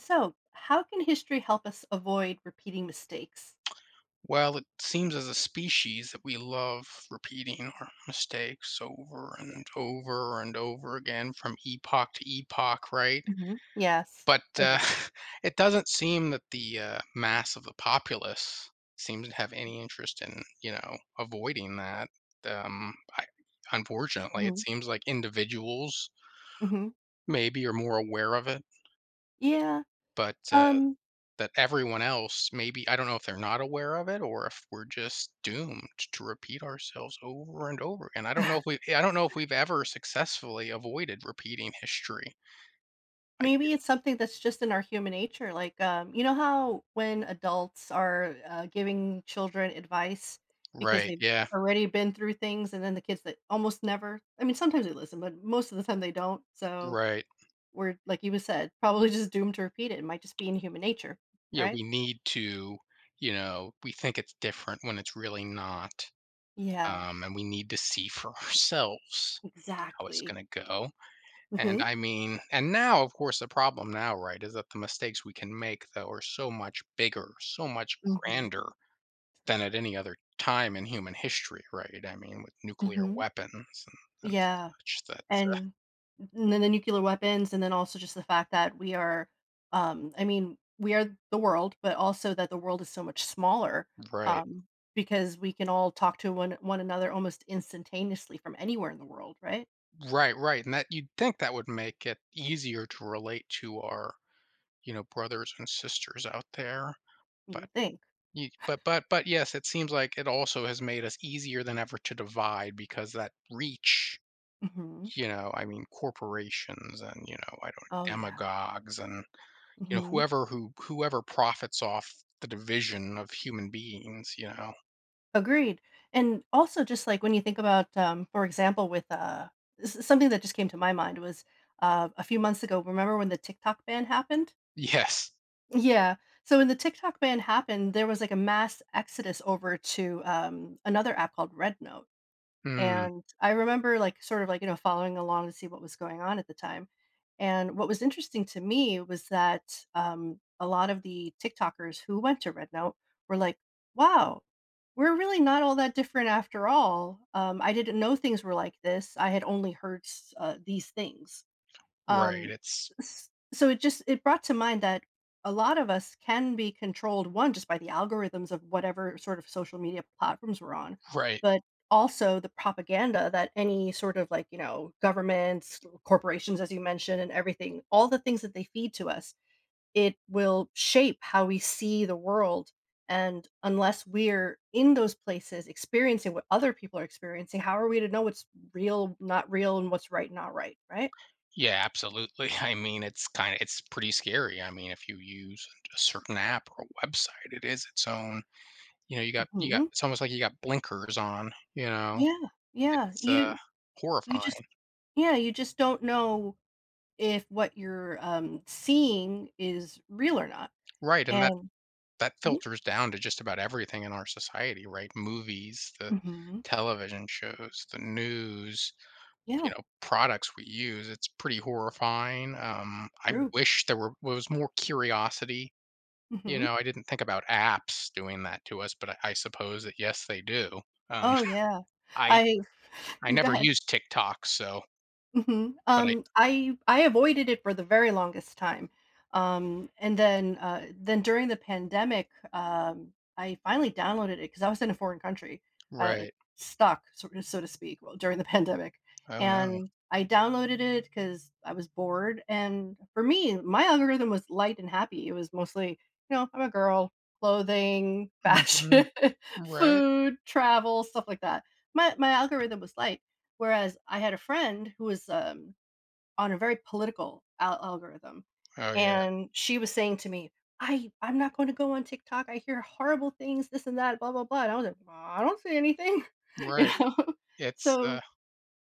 So, how can history help us avoid repeating mistakes? Well, it seems as a species that we love repeating our mistakes over Yeah. and over and over again from epoch to epoch, right? Yes. But Agreed. it doesn't seem that the mass of the populace seems to have any interest in, avoiding that. Um, I, Unfortunately, it hmm seems like individuals hmm maybe are more aware of it, Yeah. but Um. that everyone else maybe I don't know if they're not aware of it or if we're just doomed to repeat ourselves over and over again. I don't know if we I don't know if we've ever successfully avoided repeating history. I Maybe it's something that's just in our human nature. Like, you know how when adults are giving children advice because right, they've yeah, already been through things, and then the kids that almost never. I mean, sometimes they listen, but most of the time they don't. So right. we're like you said, probably just doomed to repeat it. It might just be in human nature, Yeah, right? we need to, we think it's different when it's really not. Yeah. And we need to see for ourselves how it's Exactly. going to go. And I mean, and now, of course, the problem now, right, is that the mistakes we can make, though, are so much bigger, so much Mhm. grander than True. at any other time in human history, right? I mean, with nuclear Mhm. weapons and Yeah, such. That's and and then the nuclear weapons, and then also just the fact that we are, I mean, we are the world, but also that the world is so much smaller, right, um, because we can all talk to one another almost instantaneously from anywhere in the world, right? right, right. And that you'd think that would make it easier to relate to our, brothers and sisters out there. You But would think. you, but yes, it seems like it also has made us easier than ever to divide because that reach. Mhm. You know, I mean, corporations and you know, I don't Oh yeah. demagogues and you know Mhm. who whoever profits off the division of human beings. You know, Agreed. And also just like when you think about, for example, with, something that just came to my mind was, a few months ago. Remember when the TikTok ban happened? yes. Yeah. So when the TikTok ban happened, there was like a mass exodus over to another app called Red Note. Mm, And I remember like sort of like, you know, following along to see what was going on at the time. And what was interesting to me was that a lot of the TikTokers who went to Red Note were like, wow, we're really not all that different after all. I didn't know things were like this. I had only heard these things. right, Um, it's s so it just it brought to mind that a lot of us can be controlled, 1, just by the algorithms of whatever sort of social media platforms we're on, right. but also the propaganda that any sort of, like, you know, governments, corporations, as you mentioned, and everything, all the things that they feed to us, it will shape how we see the world, and unless we're in those places experiencing what other people are experiencing, how are we to know what's real, not real, and what's right, not right, right? Yeah, absolutely. I mean, it's pretty scary. I mean, if you use a certain app or a website, it is its own you know, you got Mhm. it's almost like you got blinkers on, you know? Yeah, yeah, It's, uh, you just horrifying. yeah, you just don't know if what you're, seeing is real or not, Right, and that and that mhm, filters down to just about everything in our society, right? Movies, the mhm, television shows, the news, you yeah, know, products we use, it's pretty horrifying. I true, wish there were was more curiosity. You mhm, know, I didn't think about apps doing that to us, but I suppose that, yes, they do. Um, oh, yeah, I I go never ahead. use TikTok, so Mhm. but I I avoided it for the very longest time. And then during the pandemic, I finally downloaded it because I was in a foreign country, uh, right. stuck, so, so to speak, well, during the pandemic. Oh, no. And I downloaded it because I was bored. And for me, my algorithm was light and happy. It was mostly, you know, I'm a girl, clothing, Mhm. fashion, Right. food, travel, stuff like that. My algorithm was light. Whereas I had a friend who was, on a very political al algorithm, Oh, yeah. and she was saying to me, "I'm not going to go on TikTok. I hear horrible things, this and that, blah, blah, blah." And I was like, "Well, I don't see anything." You Right. know? It's, uh So,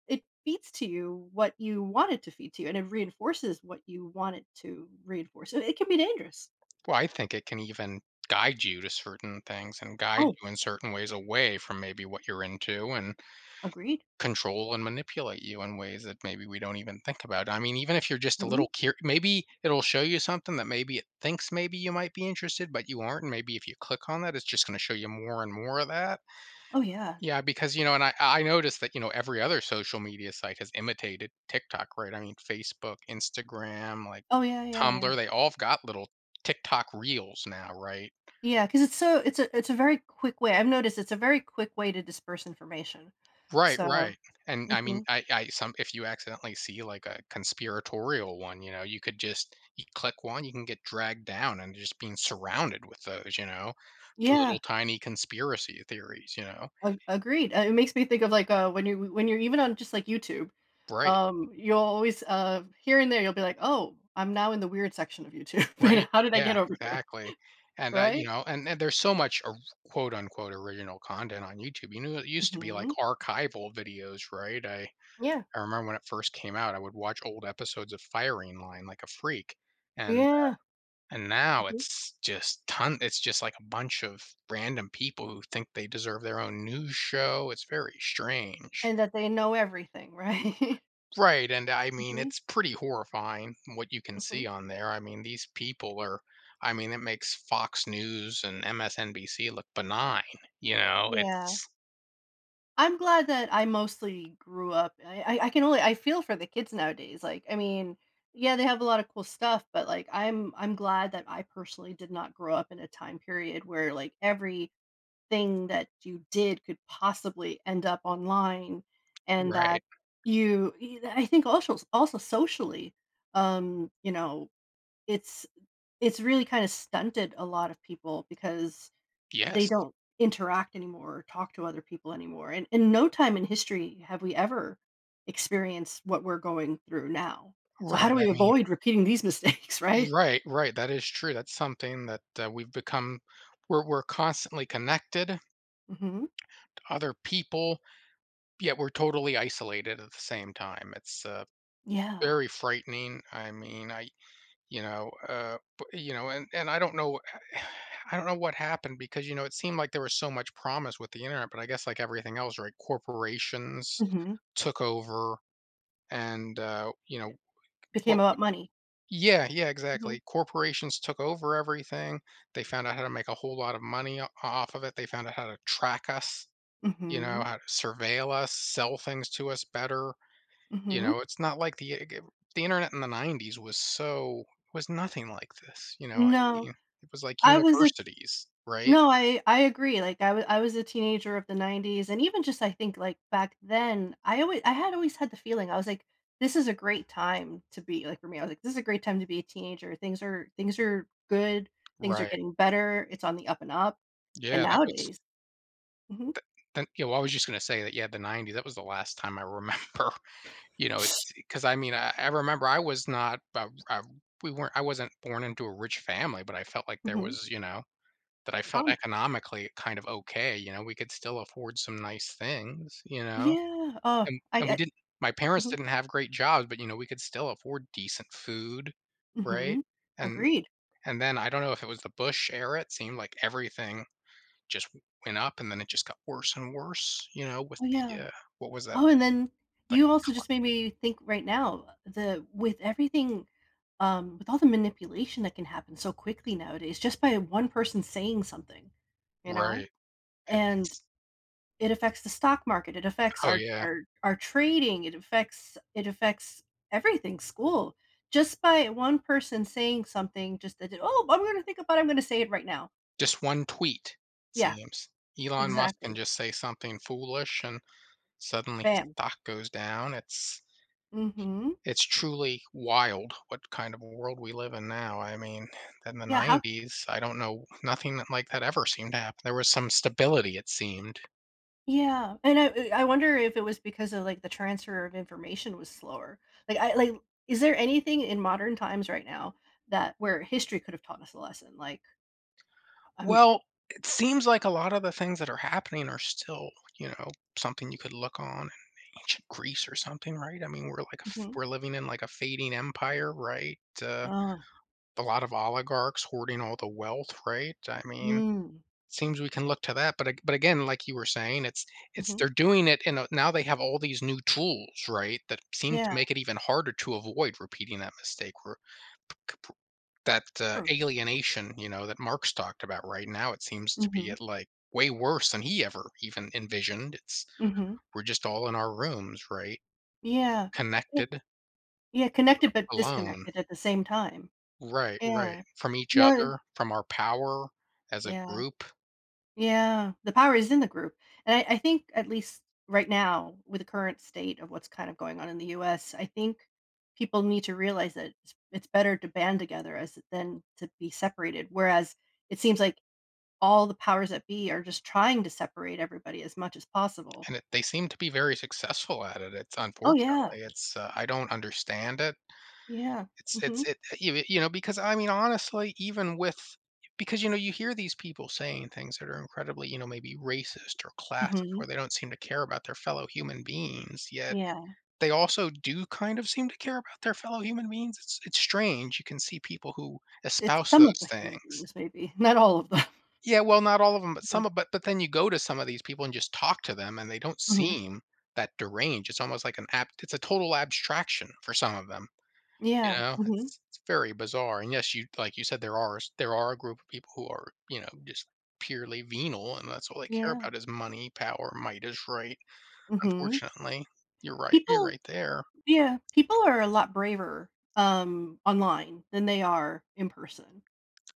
it feeds to you what you want it to feed to you, and it reinforces what you want it to reinforce. So, it can be dangerous. well, I think it can even guide you to certain things and guide Oh, you in certain ways away from maybe what you're into and agreed. control and manipulate you in ways that maybe we don't even think about. I mean, even if you're just a Mhm. little cur- maybe it'll show you something that maybe it thinks maybe you might be interested, but you aren't. And maybe if you click on that, it's just going to show you more and more of that. Oh, yeah. Yeah, because you know, and I noticed that you know every other social media site has imitated TikTok, right? I mean, Facebook, Instagram, like Oh, yeah, yeah, yeah. Tumblr, they all have got little TikTok reels now, right? Yeah, because it's a very quick way I've noticed it's a very quick way to disperse information. Right, right, So and I mean, mhm. I some if you accidentally see, like, a conspiratorial one, you know, you could just you click one, you can get dragged down and just being surrounded with those, you know? Little Yeah, tiny conspiracy theories, you know? a agreed, it makes me think of, like, when you when you're even on just, like, YouTube, Right, you'll always, here and there, you'll be like, "Oh, I'm now in the weird section of YouTube, right, and how did I yeah, get over here?" exactly, and, you Right? know, and there's so much or quote, unquote, "original content" on YouTube, you know, it used to be, like, Mhm. archival videos, right? I Yeah. Remember when it first came out, I would watch old episodes of Firing Line like a freak, and Yeah. And now Mhm. it's just ton it's just like a bunch of random people who think they deserve their own news show, it's very strange. And that they know everything, right? Right, and I mean, Mhm. it's pretty horrifying what you can see Mhm. on there, I mean, these people are I mean, it makes Fox News and MSNBC look benign, you know, Yeah. it's I'm glad that I mostly grew up I can only I feel for the kids nowadays, like, I mean, yeah, they have a lot of cool stuff, but, like, I'm glad that I personally did not grow up in a time period where, like, everything that you did could possibly end up online and right. that you e I think also socially, you know, it's it's really kinda stunted a lot of people because they Yes. don't interact anymore or talk to other people anymore. And in no time in history have we ever experienced what we're going through now. So how Right, do I we mean avoid repeating these mistakes, right? right, right, that is true, that's something that, we've become we're constantly connected Mhm. to other people yet we're totally isolated at the same time. Yeah. Very frightening. I mean, I you know, b you know, and I don't know I don't know what happened because, you know, it seemed like there was so much promise with the internet, but I guess like everything else, right, corporations Mhm. took over and, you know, It became what about money. yeah, yeah, Mhm. exactly. Corporations took over everything. They found out how to make a whole lot of money o off of it. They found out how to track us, you know, Mhm. how to surveil us, sell things to us better. You Mhm. know, it's not like the internet in the '90s was so was nothing like this, you know, I No. mean, it was like I was a universities, right? No, I agree, like, I was a teenager of the 90s, and even just I think, like, back then, I had always had the feeling, I was like, "This is a great time to be," like, for me, I was like, "This is a great time to be a teenager, things are good, things are Right. getting better, it's on the up and up," and Yeah, that was nowadays mhm. then you know, I was just gonna say that, yeah, the '90s, that was the last time I remember, you know, it's because I mean, I remember I was not, we weren't I wasn't born into a rich family, but I felt like there Mhm. was, you know, that I felt Promise. economically kind of okay, you know, we could still afford some nice things, you know? Yeah, oh, And we I didn't my parents mhm, didn't have great jobs, but, you know, we could still afford decent food, right? mhm. And Agreed. and then I don't know if it was the Bush era, it seemed like everything just went up and then it just got worse and worse, you know, with Oh, yeah. the, what was that? Oh, and then The you also just made me think right now, the with everything, with all the manipulation that can happen so quickly nowadays, just by one person saying something, you cl know? right. And It's it affects the stock market, it affects oh, yeah. Our trading, it affects everything, school. Just by one person saying something, just that, oh, I'm gonna think about it, I'm gonna say it right now. Just one tweet, it Yeah, seems. Elon Musk can exactly. just say something foolish and suddenly his Bam. stock goes down. It's Mm-hmm. It's truly wild what kind of world we live in now. I mean, in the Yeah, how. '90s, I don't know nothing that like that ever seemed to happen. There was some stability, it seemed. Yeah, and I wonder if it was because of, like, the transfer of information was slower. Like, is there anything in modern times right now that where history could have taught us a lesson? Like, um Well, it seems like a lot of the things that are happening are still, you know, something you could look on in ancient Greece or something, right? I mean, we're like a f mhm, we're living in like a fading empire, right? Uh, A lot of oligarchs hoarding all the wealth, right? I mean, mm, seems we can look to that, but ag but again, like you were saying, it's mhm, they're doing it in a now they have all these new tools, right, that seem to yeah, make it even harder to avoid repeating that mistake or c p that, true, alienation, you know, that Marx talked about. Right now, it seems to be mhm, at, like, way worse than he ever even envisioned. It's mhm, we're just all in our rooms, right? yeah, eh, Connected, yeah, connected but alone. disconnected at the same time. Right, right. Yeah. From each No other, from our power as a yeah. group. Yeah, the power is in the group, and I think at least right now, with the current state of what's kind of going on in the US, I think people need to realize that it's better to band together as than to be separated, whereas it seems like all the powers that be are just trying to separate everybody as much as possible. And it, they seem to be very successful at it. It's Oh, yeah. unfortunately, it's I don't understand it. Yeah. It's Mhm. it you know because I mean honestly, even with because you know you hear these people saying things that are incredibly you know maybe racist or classist where Mhm. they don't seem to care about their fellow human beings yet Yeah. they also do kind of seem to care about their fellow human beings it's strange you can see people who It's espouse some of those the human things beings maybe, not all of them. yeah, well, not all of them, but some of but then you go to some of these people and just talk to them, and they don't Mhm. seem that deranged. It's almost like an ab it's a total abstraction for some of them, you Yeah. know? Mhm. It's very bizarre, and yes, you like you said, there are s there are a group of people who are, you know, just purely venal, and that's all they care Yeah. about is money, power, might is right, Mhm. unfortunately. You're People right there. Yeah, people are a lot braver, online than they are in person.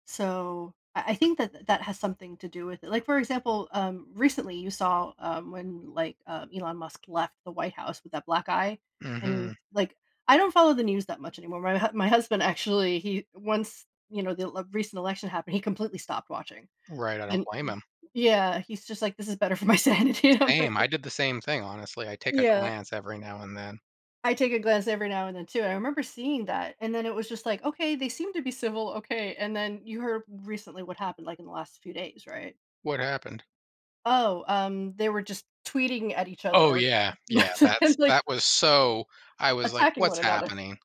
So, I think that that has something to do with it. Like, for example, recently you saw, when, like, Elon Musk left the White House with that black eye, and, Mhm. like, I don't follow the news that much anymore. My husband actually, he once, you know, the le recent election happened, he completely stopped watching. Right, I don't And, blame blame 'em. yeah, he's just like, "This is better for my sanity." And I'm like, Same, "Oh." I did the same thing, honestly. I take a Yeah. glance every now and then. I take a glance every now and then too, and I remember seeing that, and then it was just like, "Okay, they seem to be civil, okay," and then you heard recently what happened, like, in the last few days, right? What happened? Oh, they were just tweeting at each other Oh, or yeah, yeah, just that's that like was so I was like, attacking "What's one another. happening?"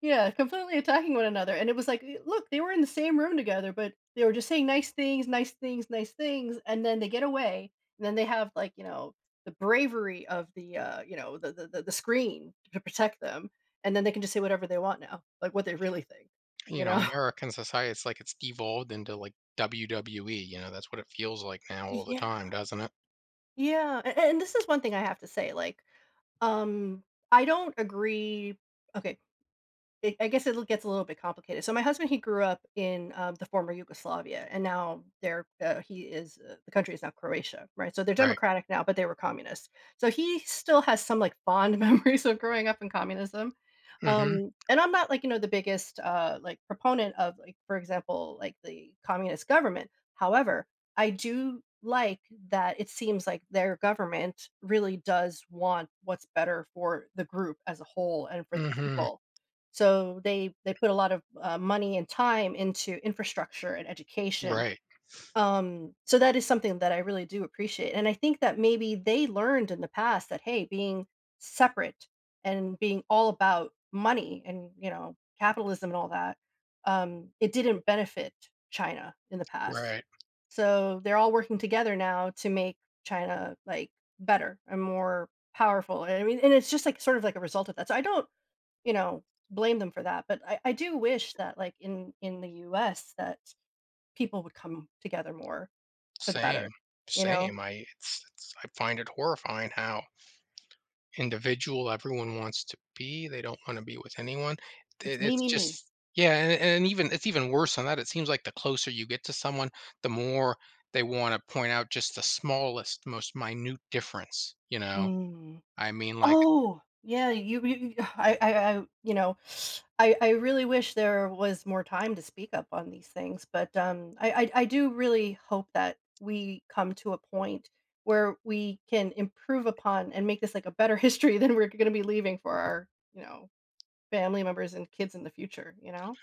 Yeah, completely attacking one another, and it was like, "Eh, look, they were in the same room together, but they were just saying nice things, nice things, nice things, and then they get away, and then they have like, you know, the bravery of the, you know, the screen to protect them, and then they can just say whatever they want now, like what they really think, You you know, know?" American society, it's like it's devolved into, like, WWE, you know, that's what it feels like now all the Yeah. time, doesn't it? Yeah, a and this is one thing I have to say, like, um, I don't agree okay it, I guess it gets a little bit complicated. So my husband, he grew up in the former Yugoslavia, and now there he is. The country is now Croatia, right? So they're Right. democratic now, but they were communist. So he still has some like fond memories of growing up in communism. Mm mhm, And I'm not like you know the biggest like proponent of like for example like the communist government. However, I do like that it seems like their government really does want what's better for the group as a whole and for mm the mhm. people so they put a lot of, money and time into infrastructure and education. Right, So that is something that I really do appreciate, and I think that maybe they learned in the past that, hey, being separate and being all about money and, you know, capitalism and all that, it didn't benefit China in the past. right. So they're all working together now to make China, like, better and more powerful, and I mean and it's just, like, sort of like a result of that. So I don't you know, blame them for that. But I do wish that like in the US that people would come together more for the Same, better. You know? same, I it's I find it horrifying how individual everyone wants to be. They don't want to be with anyone. It's It, me, it's me, me. just yeah, and even it's even worse than that. It seems like the closer you get to someone, the more they want to point out just the smallest, most minute difference. You know, Mm. I mean, like Oh, yeah, I you know, I really wish there was more time to speak up on these things. But I I do really hope that we come to a point where we can improve upon and make this like a better history than we're gonna be leaving for our, you know, family members and kids in the future, you know?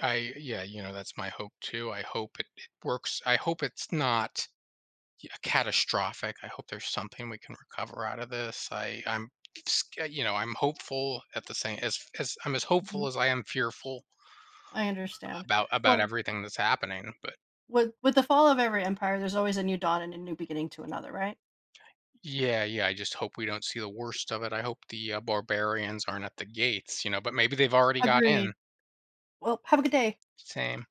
I yeah, you know, that's my hope too. I hope it, it works. I hope it's not y- catastrophic. I hope there's something we can recover out of this. I I'm sc- you know I'm hopeful at the same as I'm as hopeful Mhm. as I am fearful I understand. About Well, everything that's happening. But with the fall of every empire, there's always a new dawn and a new beginning to another, right? yeah, yeah, I just hope we don't see the worst of it. I hope the barbarians aren't at the gates, you know. But maybe they've already got in. Agreed. Well, have a good day. Same.